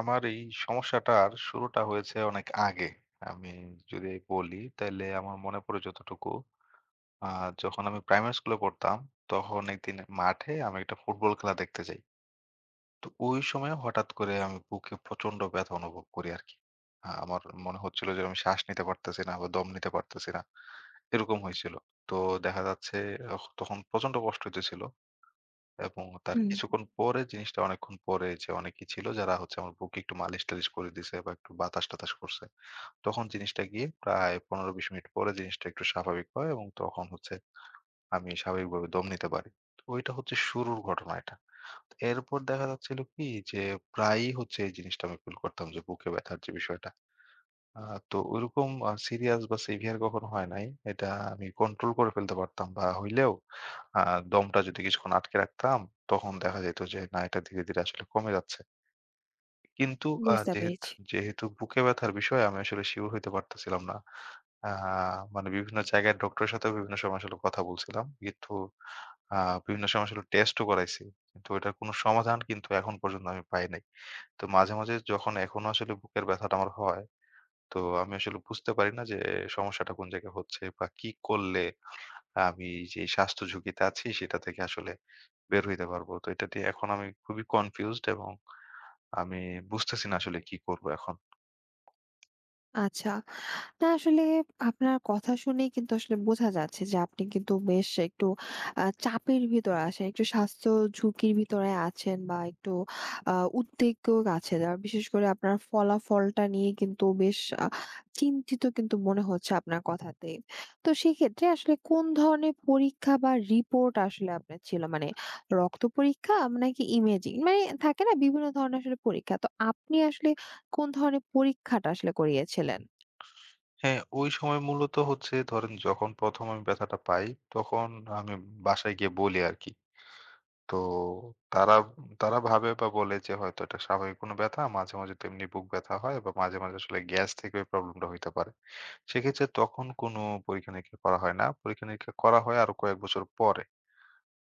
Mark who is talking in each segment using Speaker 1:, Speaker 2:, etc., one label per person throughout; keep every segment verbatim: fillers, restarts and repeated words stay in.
Speaker 1: আমার এই সমস্যাটার শুরুটা হয়েছে অনেক আগে। আমি যদি বলি তাইলে আমার মনে পড়ে যতটুকু, আ যখন আমি প্রাইমারি স্কুলে পড়তাম, তখন একদিন মাঠে আমি একটা ফুটবল খেলা দেখতে যাই। তো ওই সময় হঠাৎ করে আমি বুকে প্রচন্ড ব্যথা অনুভব করি আরকি। আ আমার মনে হচ্ছিল যে আমি শ্বাস নিতে পারতেছি না বা দম নিতে পারতেছি না। এরকম হয়েছিল। তো দেখা যাচ্ছে অহ তখন প্রচন্ড কষ্ট হইতেছিল। এবং তার
Speaker 2: হুম,
Speaker 1: কিছুক্ষণ পরে জিনিসটা অনেকক্ষণ পরে যে অনেকেই ছিল যারা হচ্ছে আমার বুকে একটু মালিশ-টালিশ করে দিছে বা একটু বাতাস-টাতাস করছে। তখন জিনিসটা গিয়ে প্রায় পনেরো থেকে বিশ মিনিট পরে জিনিসটা একটু স্বাভাবিক হয় এবং তখন হচ্ছে আমি স্বাভাবিকভাবে দম নিতে পারি। তো ওইটা হচ্ছে শুরুর ঘটনা এটা। এরপর দেখা যাচ্ছিল কি যে প্রায়ই হচ্ছে এই জিনিসটা আমি ফিল করতাম যে বুকে ব্যথার যে বিষয়টা। আ তো ওইরকম আ সিরিয়াস বা সিভিয়ার কখনো হয় নাই। এটা আমি কন্ট্রোল করে ফেলতে পারতাম বা হইলেও, আ দমটা যদি কিছুক্ষণ আটকে রাখতাম, তখন দেখা যেত যে না, এটা ধীরে, ধীরে আসলে কমে যাচ্ছে। কিন্তু আ
Speaker 2: বুঝতে
Speaker 1: যেহেত
Speaker 2: পেরেছি।
Speaker 1: যেহেতু বুকে ব্যথার বিষয়ে আমি আসলে সিউর হইতে পারতেছিলাম না। আ মানে বিভিন্ন জায়গায় ডক্টরের সাথেও বিভিন্ন সময় আসলে কথা বলছিলাম। কিন্তু আ বিভিন্ন সময় আসলে টেস্টও করাইছি। কিন্তু ওইটার কোনো সমাধান কিন্তু এখন পর্যন্ত আমি পাই নাই। তো মাঝে, মাঝে যখন এখনো আসলে বুকের ব্যথাটা আমার হয়, তো আমি আসলে বুঝতে পারি না যে সমস্যাটা কোন জায়গায় হচ্ছে বা কি করলে আমি যে এই স্বাস্থ্য ঝুঁকিতে আছি সেটা থেকে আসলে বের হইতে পারবো। তো এটা নিয়ে এখন আমি খুবই কনফিউজড এবং আমি বুঝতেছি না আসলে কি করব এখন।
Speaker 2: আচ্ছা। না, আসলে আপনার কথা শুনেই কিন্তু আসলে বোঝা যাচ্ছে যে আপনি কিন্তু বেশ একটু আহ, চাপের ভিতরে আছেন, একটু স্বাস্থ্য ঝুঁকির ভিতরে আছেন বা একটু আহ, উদ্বেগ আছেন। আর বিশেষ করে আপনার ফলাফলটা নিয়ে কিন্তু বেশ আহ, চিন্তিত কিন্তু মনে হচ্ছে আপনার কথাতে। তো সেক্ষেত্রে আসলে কোন ধরনের পরীক্ষা বা রিপোর্ট আসলে আপনার ছিল মানে রক্ত পরীক্ষা নাকি ইমেজিং মানে থাকে না বিভিন্ন ধরনের আসলে পরীক্ষা, তো আপনি আসলে কোন ধরনের পরীক্ষাটা আসলে করিয়েছিলেন?
Speaker 1: হ্যাঁ, ওই সময় মূলত হচ্ছে ধরেন যখন ১ম আমি ব্যথাটা পাই, তখন আমি বাসায় গিয়ে বলি আরকি। তো তারা তারা ভাবে বা বলে যে হয়তো এটা স্বাভাবিক কোনো ব্যথা। মাঝে, মাঝে তো এমনি বুক ব্যথা হয় বা মাঝে, মাঝে আসলে গ্যাস থেকে ওই প্রবলেমটা হইতে পারে। সেক্ষেত্রে তখন কোনো পরীক্ষা-নিরীক্ষা করা হয় না। পরীক্ষা-নিরীক্ষা করা হয় আরো কয়েক বছর পরে।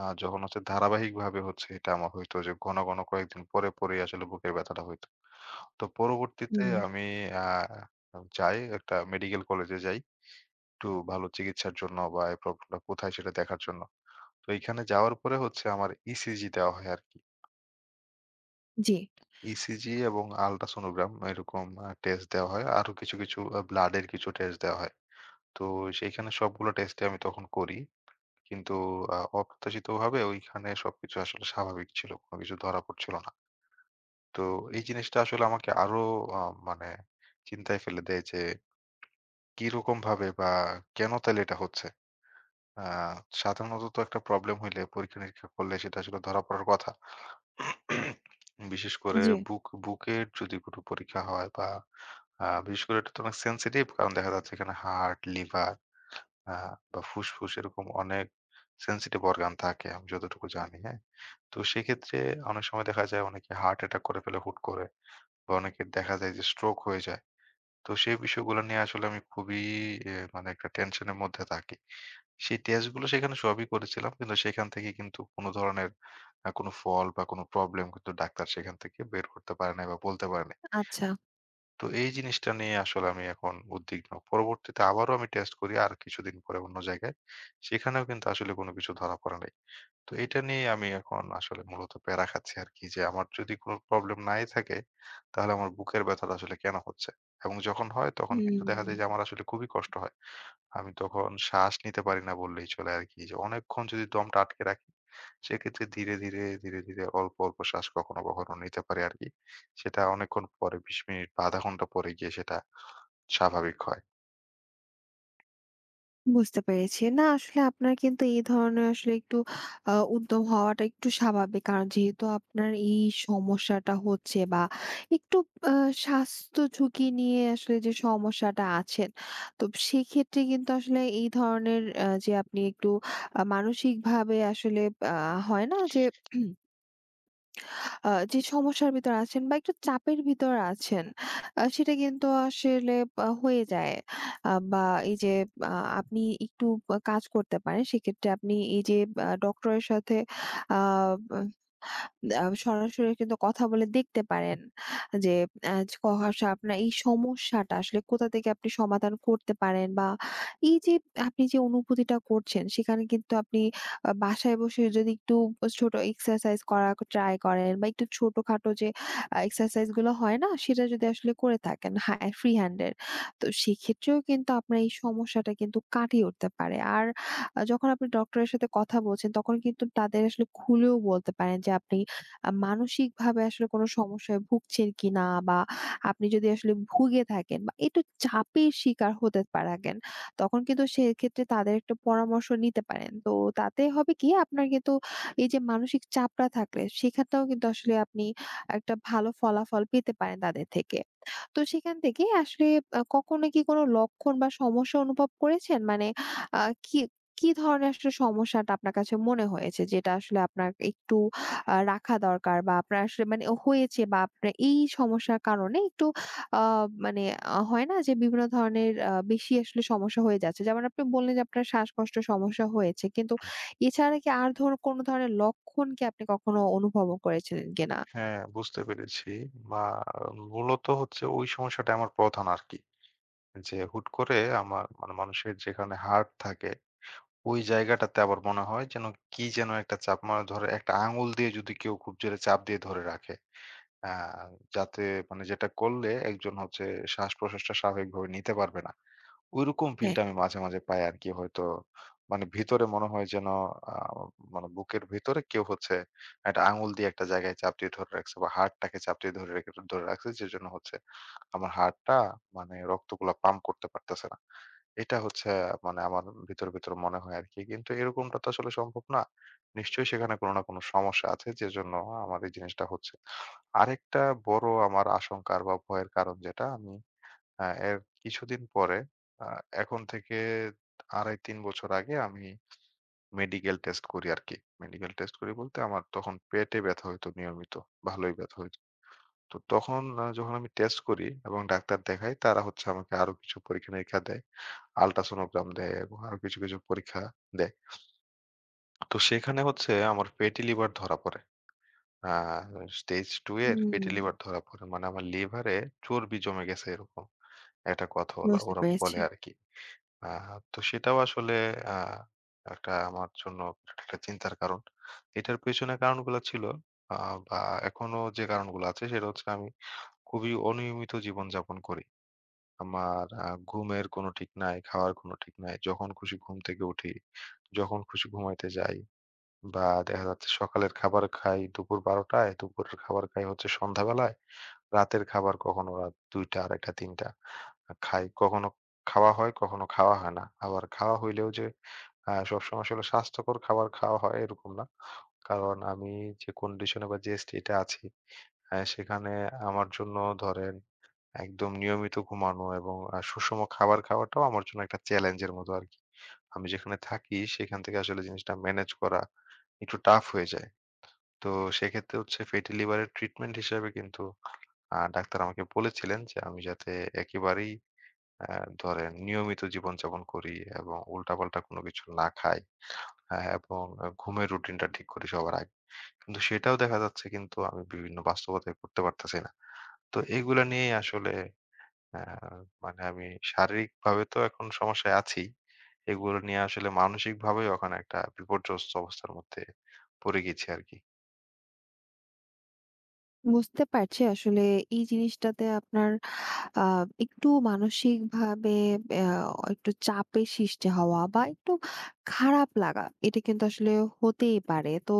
Speaker 1: আ যখন হচ্ছে ধারাবাহিকভাবে হচ্ছে এটা আমার হইতো যে ঘন, ঘন কয়েকদিন পরে, পরেই আসলে বুকের ব্যথাটা হইতো। তো পরবর্তীতে
Speaker 2: হুম,
Speaker 1: আমি আ যাই একটা মেডিকেল কলেজে যাই। একটু ভালো চিকিৎসার জন্য বা এই প্রবলেমটা কোথায় সেটা দেখার জন্য। তো এইখানে যাওয়ার পরে হচ্ছে আমার ইসিজি দেওয়া হয় আরকি।
Speaker 2: জি,
Speaker 1: ইসিজি এবং আল্ট্রাসনোগ্রাম এরকম আ টেস্ট দেওয়া হয়। আরো কিছু, কিছু আ ব্লাডের কিছু টেস্ট দেওয়া হয়। তো সেইখানে সবগুলো টেস্টই আমি তখন করি। কিন্তু আ অপ্রত্যাশিতভাবে ওইখানে সবকিছু আসলে স্বাভাবিক ছিল। কোন কিছু ধরা পড়ছিল না। তো এই জিনিসটা আসলে আমাকে আরো আ মানে চিন্তায় ফেলে দেয় যে কিরকমভাবে বা কেন তাইলে এটা হচ্ছে? আ সাধারণত তো একটা প্রবলেম হইলে পরীক্ষা-নিরীক্ষা করলে সেটা আসলে ধরা পড়ার কথা। বিশেষ করে
Speaker 2: জি।
Speaker 1: বুক বুকের যদি কোনো পরীক্ষা হয় বা আ বিশেষ করে এটা তো অনেক সেনসিটিভ। কারণ দেখা যাচ্ছে এখানে হার্ট, লিভার আ বা ফুসফুস এরকম অনেক সেনসিটিভ অর্গান থাকে আমি যতটুকু জানি, হ্যাঁ? তো সেক্ষেত্রে অনেক সময় দেখা যায় অনেকে হার্ট অ্যাটাক করে ফেলে হুট করে, বা অনেকের দেখা যায় যে স্ট্রোক হয়ে যায়। তো সেই বিষয়গুলো নিয়ে আসলে আমি খুবই এ মানে একটা টেনশনের মধ্যে থাকি। সেই টেস্টগুলো সেখানে সবই করেছিলাম। কিন্তু সেখান থেকে কিন্তু কোনো ধরনের আ কোনো ফল বা কোনো প্রবলেম কিন্তু ডাক্তার সেখান থেকে বের করতে পারে নাই বা বলতে পারে নাই।
Speaker 2: আচ্ছা।
Speaker 1: তো এই জিনিসটা নিয়ে আসলে আমি এখন উদ্বিগ্ন। পরবর্তীতে আবারও আমি টেস্ট করি আর কিছুদিন পরে অন্য জায়গায়। সেখানেও কিন্তু আসলে কোনো কিছু ধরা পড়ে নাই। তো এটা নিয়ে আমি এখন আসলে মূলত প্যারা খাচ্ছি আরকি, যে আমার যদি কোনো প্রবলেম নাই থাকে, তাহলে আমার বুকের ব্যথাটা আসলে কেন হচ্ছে? এবং যখন হয় তখন কিন্তু দেখা যায় যে
Speaker 2: হুম,
Speaker 1: আমার আসলে খুবই কষ্ট হয়। আমি তখন শ্বাস নিতে পারি না বললেই চলে আরকি। যে অনেকক্ষণ যদি দমটা আটকে রাখি, সেক্ষেত্রে ধীরে, ধীরে, ধীরে, ধীরে অল্প, অল্প শ্বাস কখনো, কখনো নিতে পারি আরকি। সেটা অনেকক্ষণ পরে বিশ মিনিট বা আধা ঘন্টা পরে গিয়ে সেটা স্বাভাবিক হয়।
Speaker 2: বুঝতে পেরেছি। না, আসলে আপনার কিন্তু এই ধরনের আসলে একটু আ উদ্যম হওয়াটা একটু স্বাভাবিক। কারণ যেহেতু আপনার এই সমস্যাটা হচ্ছে বা একটু আ স্বাস্থ্য ঝুঁকি নিয়ে আসলে যে সমস্যাটা আছেন, তো সেক্ষেত্রে কিন্তু আসলে এই ধরনের আ যে আপনি একটু আ মানসিকভাবে আসলে আ হয় না যে আ যে সমস্যার ভিতর আছেন বা একটু চাপের ভিতর আছেন, আ সেটা কিন্তু আসলে আ হয়ে যায়। আ বা এই যে আ আপনি একটু আ কাজ করতে পারেন। সেক্ষেত্রে আপনি এই যে আ ডক্টরের সাথে আ আ সরাসরি কিন্তু কথা বলে দেখতে পারেন যে আ কষা আপনার এই সমস্যাটা আসলে কোথা থেকে আপনি সমাধান করতে পারেন বা এই যে আপনি যে অনুভূতিটা করছেন সেখানে কিন্তু আপনি আ বাসায় বসে যদি একটু ছোট এক্সারসাইজ করা ট্রাই করেন বা একটু ছোটখাটো যে আ এক্সারসাইজ গুলো হয় না সেটা যদি আসলে করে থাকেন, হ্যাঁ, ফ্রি হ্যান্ডের, তো সেক্ষেত্রেও কিন্তু আপনার এই সমস্যাটা কিন্তু কাটিয়ে উঠতে পারে। আর আ যখন আপনি ডক্টরের সাথে কথা বলছেন তখন কিন্তু তাদের আসলে খুলেও বলতে পারেন যে আপনি আ মানসিকভাবে আসলে কোনো সমস্যায় ভুগছেন কিনা? বা আপনি যদি আসলে ভুগে থাকেন বা একটু চাপের শিকার হতে পারেন, তখন কিন্তু সেক্ষেত্রে তাদের একটা পরামর্শ নিতে পারেন। তো তাতে হবে কি? আপনার কিন্তু এই যে মানসিক চাপটা থাকলে সেখানটাও কিন্তু আসলে আপনি একটা ভালো ফলাফল পেতে পারেন তাদের থেকে। তো সেখান থেকে আসলে আ কখনো কি কোনো লক্ষণ বা সমস্যা অনুভব করেছেন? মানে আ কি, কি ধরনের আসলে সমস্যাটা আপনার কাছে মনে হয়েছে যেটা আসলে আপনার একটু আ রাখা দরকার বা আপনার আসলে মানে হয়েছে বা আপনার এই সমস্যার কারণে একটু আ মানে আ হয় না যে বিভিন্ন ধরনের আ বেশি আসলে সমস্যা হয়ে যাচ্ছে। যেমন আপনি বললেন যে আপনার শ্বাসকষ্টের সমস্যা হয়েছে। কিন্তু এছাড়া কি আর ধরুন কোনো ধরনের লক্ষণ কি আপনি কখনো অনুভব করেছিলেন কিনা?
Speaker 1: হ্যাঁ, বুঝতে পেরেছি। বা মূলত হচ্ছে ওই সমস্যাটা আমার প্রধান আরকি। যে হুট করে আমার, মানে মানুষের যেখানে হাড় থাকে, ওই জায়গাটাতে আবার মনে হয় যেন কি যেন একটা চাপ, মানে ধরে একটা আঙুল দিয়ে যদি কেউ খুব জোরে চাপ দিয়ে ধরে রাখে, আহ যাতে, মানে যেটা করলে একজন হচ্ছে শ্বাস প্রশ্বাসটা স্বাভাবিকভাবে নিতে পারবে না, ঐরকম
Speaker 2: হ্যাঁ।
Speaker 1: ফিলটা আমি মাঝে, মাঝে পাই আরকি হয়তো। মানে ভিতরে মনে হয় যেন, আ মানে বুকের ভিতরে কেউ হচ্ছে একটা আঙুল দিয়ে একটা জায়গায় চাপ দিয়ে ধরে রাখছে বা হাড়টাকে চাপ দিয়ে ধরে রেখে ধরে রাখছে, যেজন্য হচ্ছে আমার হাড়টা, মানে রক্তগুলা পাম্প করতে পারতেছে না। এটা হচ্ছে, মানে আমার ভিতরে, ভিতরে মনে হয় আরকি। কিন্তু এরকমটা তো আসলে সম্ভব না। নিশ্চয়ই সেখানে কোনো না কোনো সমস্যা আছে, যেজন্য আমার এই জিনিসটা হচ্ছে। আরেকটা বড় আমার আশঙ্কার বা ভয়ের কারণ যেটা আমি, আ এর কিছুদিন পরে, আ এখন থেকে আড়াই-তিন বছর আগে আমি মেডিকেল টেস্ট করি আরকি। মেডিকেল টেস্ট করি বলতে, আমার তখন পেটে ব্যথা হইতো নিয়মিত। ভালোই ব্যথা হইতো। তো তখন আ যখন আমি টেস্ট করি এবং ডাক্তার দেখাই, তারা হচ্ছে আমাকে আরো কিছু পরীক্ষা-নিরীক্ষা দেয়। আল্ট্রাসোনোগ্রাম দেয় এবং আরো কিছু, কিছু পরীক্ষা দেয়। তো সেখানে হচ্ছে আমার ফ্যাটি লিভার ধরা পড়ে। আ স্টেজ টু এর ফ্যাটি
Speaker 2: হুম,
Speaker 1: লিভার ধরা পড়ে। মানে আমার লিভারে চর্বি জমে গেছে এরকম। একটা কথা ওলা
Speaker 2: বুঝতে
Speaker 1: ওরা বলে
Speaker 2: পেরেছি।
Speaker 1: আরকি। আহ তো সেটাও আসলে আহ একটা আমার জন্য একটা চিন্তার কারণ। এটার পেছনে কারণগুলা ছিল আহ বা এখনো যে কারণগুলো আছে সেটা হচ্ছে আমি খুবই অনিয়মিত জীবনযাপন করি। আমার আহ ঘুমের কোনো ঠিক নাই, খাওয়ার কোনো ঠিক নাই। যখন খুশি ঘুম থেকে উঠি, যখন খুশি ঘুমাইতে যাই, বা দেখা যাচ্ছে সকালের খাবার খাই দুপুর ১২ঃ শূন্য শূন্য টায়, দুপুরের খাবার খাই হচ্ছে সন্ধ্যাবেলায়। রাতের খাবার কখনো রাত ২টা, দুইটা ত্রিশ, ৩টা খাই। কখনো খাওয়া হয়, কখনো খাওয়া হয় না। আবার খাওয়া হইলেও যে আ সবসময় আসলে স্বাস্থ্যকর খাবার খাওয়া হয় এরকম না। কারণ আমি যে কন্ডিশনে বা যে স্টেটে আছি, আ সেখানে আমার জন্য, ধরেন, একদম নিয়মিত ঘুমানো এবং আ সুষম খাবার খাওয়াটাও আমার জন্য একটা চ্যালেঞ্জের মতো আরকি। আমি যেখানে থাকি সেখান থেকে আসলে জিনিসটা ম্যানেজ করা একটু টাফ হয়ে যায়। তো সেক্ষেত্রে হচ্ছে ফেটি লিভার এর ট্রিটমেন্ট হিসেবে কিন্তু আ ডাক্তার আমাকে বলেছিলেন যে আমি যাতে একেবারেই আ ধরেন নিয়মিত জীবনযাপন করি এবং উল্টাপাল্টা কোনো কিছু না খাই। হ্যাঁ, এবং আ ঘুমের রুটিনটা ঠিক করি সবার আগে। কিন্তু সেটাও দেখা যাচ্ছে কিন্তু আমি বিভিন্ন বাস্তবতায় করতে পারতেছি না। তো এগুলা নিয়েই আসলে আ মানে আমি শারীরিকভাবে তো এখন সমস্যায় আছি। এগুলো নিয়ে আসলে মানসিকভাবেও এখন একটা বিপর্যস্ত অবস্থার মধ্যে পড়ে গেছি আরকি।
Speaker 2: বুঝতে পারছি আসলে এই জিনিসটাতে আপনার আ একটু মানসিকভাবে আ একটু চাপের সৃষ্টি হওয়া বা একটু খারাপ লাগা, এটা কিন্তু আসলে হতেই পারে। তো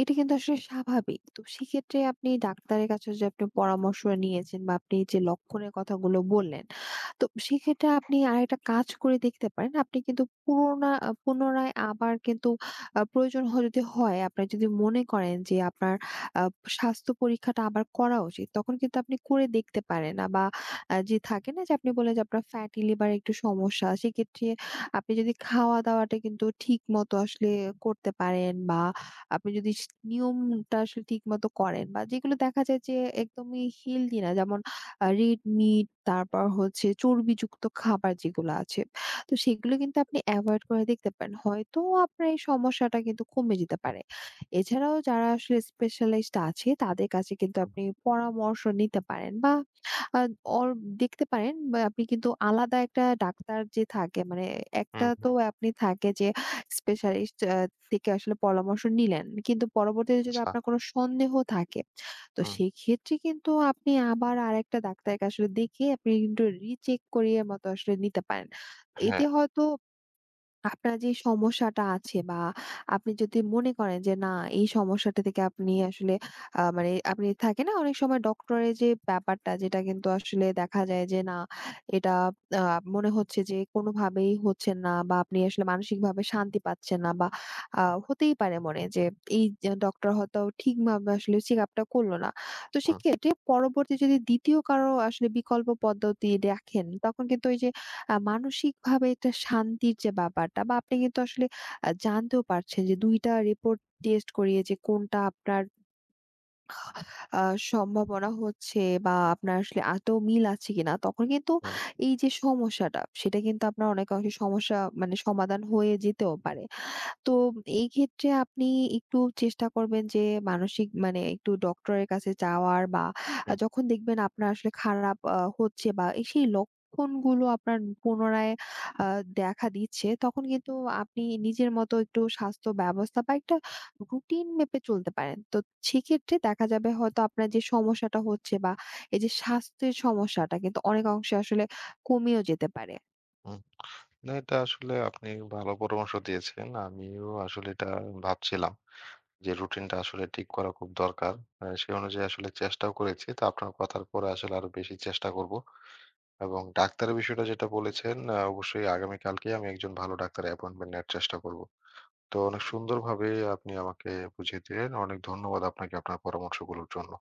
Speaker 2: এটা কিন্তু আসলে স্বাভাবিক। তো সেক্ষেত্রে আপনি ডাক্তারের কাছে যে আপনি পরামর্শ নিয়েছেন বা আপনি যে লক্ষণের কথাগুলো বললেন, তো সেক্ষেত্রে আপনি আরেকটা কাজ করে দেখতে পারেন। আপনি কিন্তু পুরোনা আ পুনরায় আবার কিন্তু আ প্রয়োজন হ যদি হয়, আপনার যদি মনে করেন যে আপনার আ স্বাস্থ্য পরীক্ষাটা আবার করা উচিত, তখন কিন্তু আপনি করে দেখতে পারেন। আ বা আ যে থাকে না, যে আপনি বললেন যে আপনার ফ্যাটি লিভার একটু সমস্যা। সেক্ষেত্রে আপনি যদি খাওয়া-দাওয়াটা কিন্তু ঠিকমতো আসলে করতে পারেন বা আপনি যদি স নিয়মটা আসলে ঠিকমতো করেন বা যেগুলো দেখা যায় যে একদমই হেলথি না, যেমন আ রেড মিট, তারপর হচ্ছে চর্বিযুক্ত খাবার যেগুলো আছে। তো সেগুলো কিন্তু আপনি এভয়েড করে দেখতে পারেন। হয়তো আপনার এই সমস্যাটা কিন্তু কমে যেতে পারে। এছাড়াও যারা আসলে স্পেশালিস্ট আছে তাদের কাছে কিন্তু
Speaker 1: হুম,
Speaker 2: আপনি পরামর্শ নিতে পারেন বা আ ওর দেখতে পারেন বা আপনি কিন্তু আলাদা একটা ডাক্তার যে থাকে মানে
Speaker 1: হুম,
Speaker 2: একটা তো
Speaker 1: হুম।
Speaker 2: আপনি থাকে যে স্পেশালিস্ট আ থেকে আসলে পরামর্শ নিলেন। কিন্তু পরবর্তীতে যদি
Speaker 1: আচ্ছা।
Speaker 2: আপনার কোনো সন্দেহ থাকে, তো
Speaker 1: হুম,
Speaker 2: সেই ক্ষেত্রে কিন্তু আপনি আবার আরেকটা ডাক্তারকে আসলে দেখিয়ে আপনি কিন্তু রিচেক করিয়ে মতো আসলে নিতে পারেন।
Speaker 1: হ্যাঁ।
Speaker 2: এতে হয়তো আপনার যে সমস্যাটা আছে বা আপনি যদি মনে করেন যে না এই সমস্যাটা থেকে আপনি আসলে আহ, মানে আপনি থাকে না অনেক সময় ডক্টরের যে ব্যাপারটা যেটা কিন্তু আসলে দেখা যায় যে না এটা আহ, মনে হচ্ছে যে কোনোভাবেই হচ্ছে না বা আপনি আসলে মানসিক ভাবে শান্তি পাচ্ছেন না বা আহ, হতেই পারে মনে যে এই ডক্টর হয়তো ঠিকভাবে আসলে চেক আপটা করলো না। তো
Speaker 1: হুম,
Speaker 2: সেক্ষেত্রে পরবর্তী যদি দ্বিতীয় কারো আসলে বিকল্প পদ্ধতি দেখেন তখন কিন্তু ওই যে আ মানসিকভাবে একটা শান্তির যে ব্যাপারটা বা আপনি কিন্তু আসলে আ জানতেও পারছেন যে দুই টা রিপোর্ট টেস্ট করিয়ে যে কোনটা আপনার আ সম্ভাবনা হচ্ছে বা আপনার আসলে আদৌ মিল আছে কিনা। তখন কিন্তু
Speaker 1: হুম,
Speaker 2: এই যে সমস্যাটা সেটা কিন্তু আপনার অনেকাংশে সমস্যা মানে সমাধান হয়ে যেতেও পারে। তো এই ক্ষেত্রে আপনি একটু চেষ্টা করবেন যে মানসিক মানে একটু ডক্টরের কাছে যাওয়ার বা
Speaker 1: হুম,
Speaker 2: যখন দেখবেন আপনার আসলে খারাপ আ হচ্ছে বা এই সেই লক্ষণগুলো আপনার পুনরায় আ দেখা দিচ্ছে তখন কিন্তু আপনি নিজের মতো একটু স্বাস্থ্য ব্যবস্থা বা একটা রুটিন মেপে চলতে পারেন। তো সেক্ষেত্রে দেখা যাবে হয়তো আপনার যে সমস্যাটা হচ্ছে বা এই যে স্বাস্থ্যের সমস্যাটা কিন্তু অনেক অংশে আসলে কমেও যেতে পারে।
Speaker 1: হুম। না, এটা আসলে আপনি ভালো পরামর্শ দিয়েছেন। আমিও আসলে এটা ভাবছিলাম যে রুটিনটা আসলে ঠিক করা খুব দরকার। আ সে অনুযায়ী আসলে চেষ্টাও করেছি। তো আপনার কথার পরে আসলে আরো বেশি চেষ্টা করব। এবং ডাক্তারের বিষয়টা যেটা বলেছেন, আ অবশ্যই আগামীকালকেই আমি একজন ভালো ডাক্তারের অ্যাপয়েন্টমেন্ট নেওয়ার চেষ্টা করব। তো অনেক সুন্দরভাবে আপনি আমাকে বুঝিয়ে দিলেন। অনেক ধন্যবাদ আপনাকে আপনার পরামর্শগুলোর জন্য।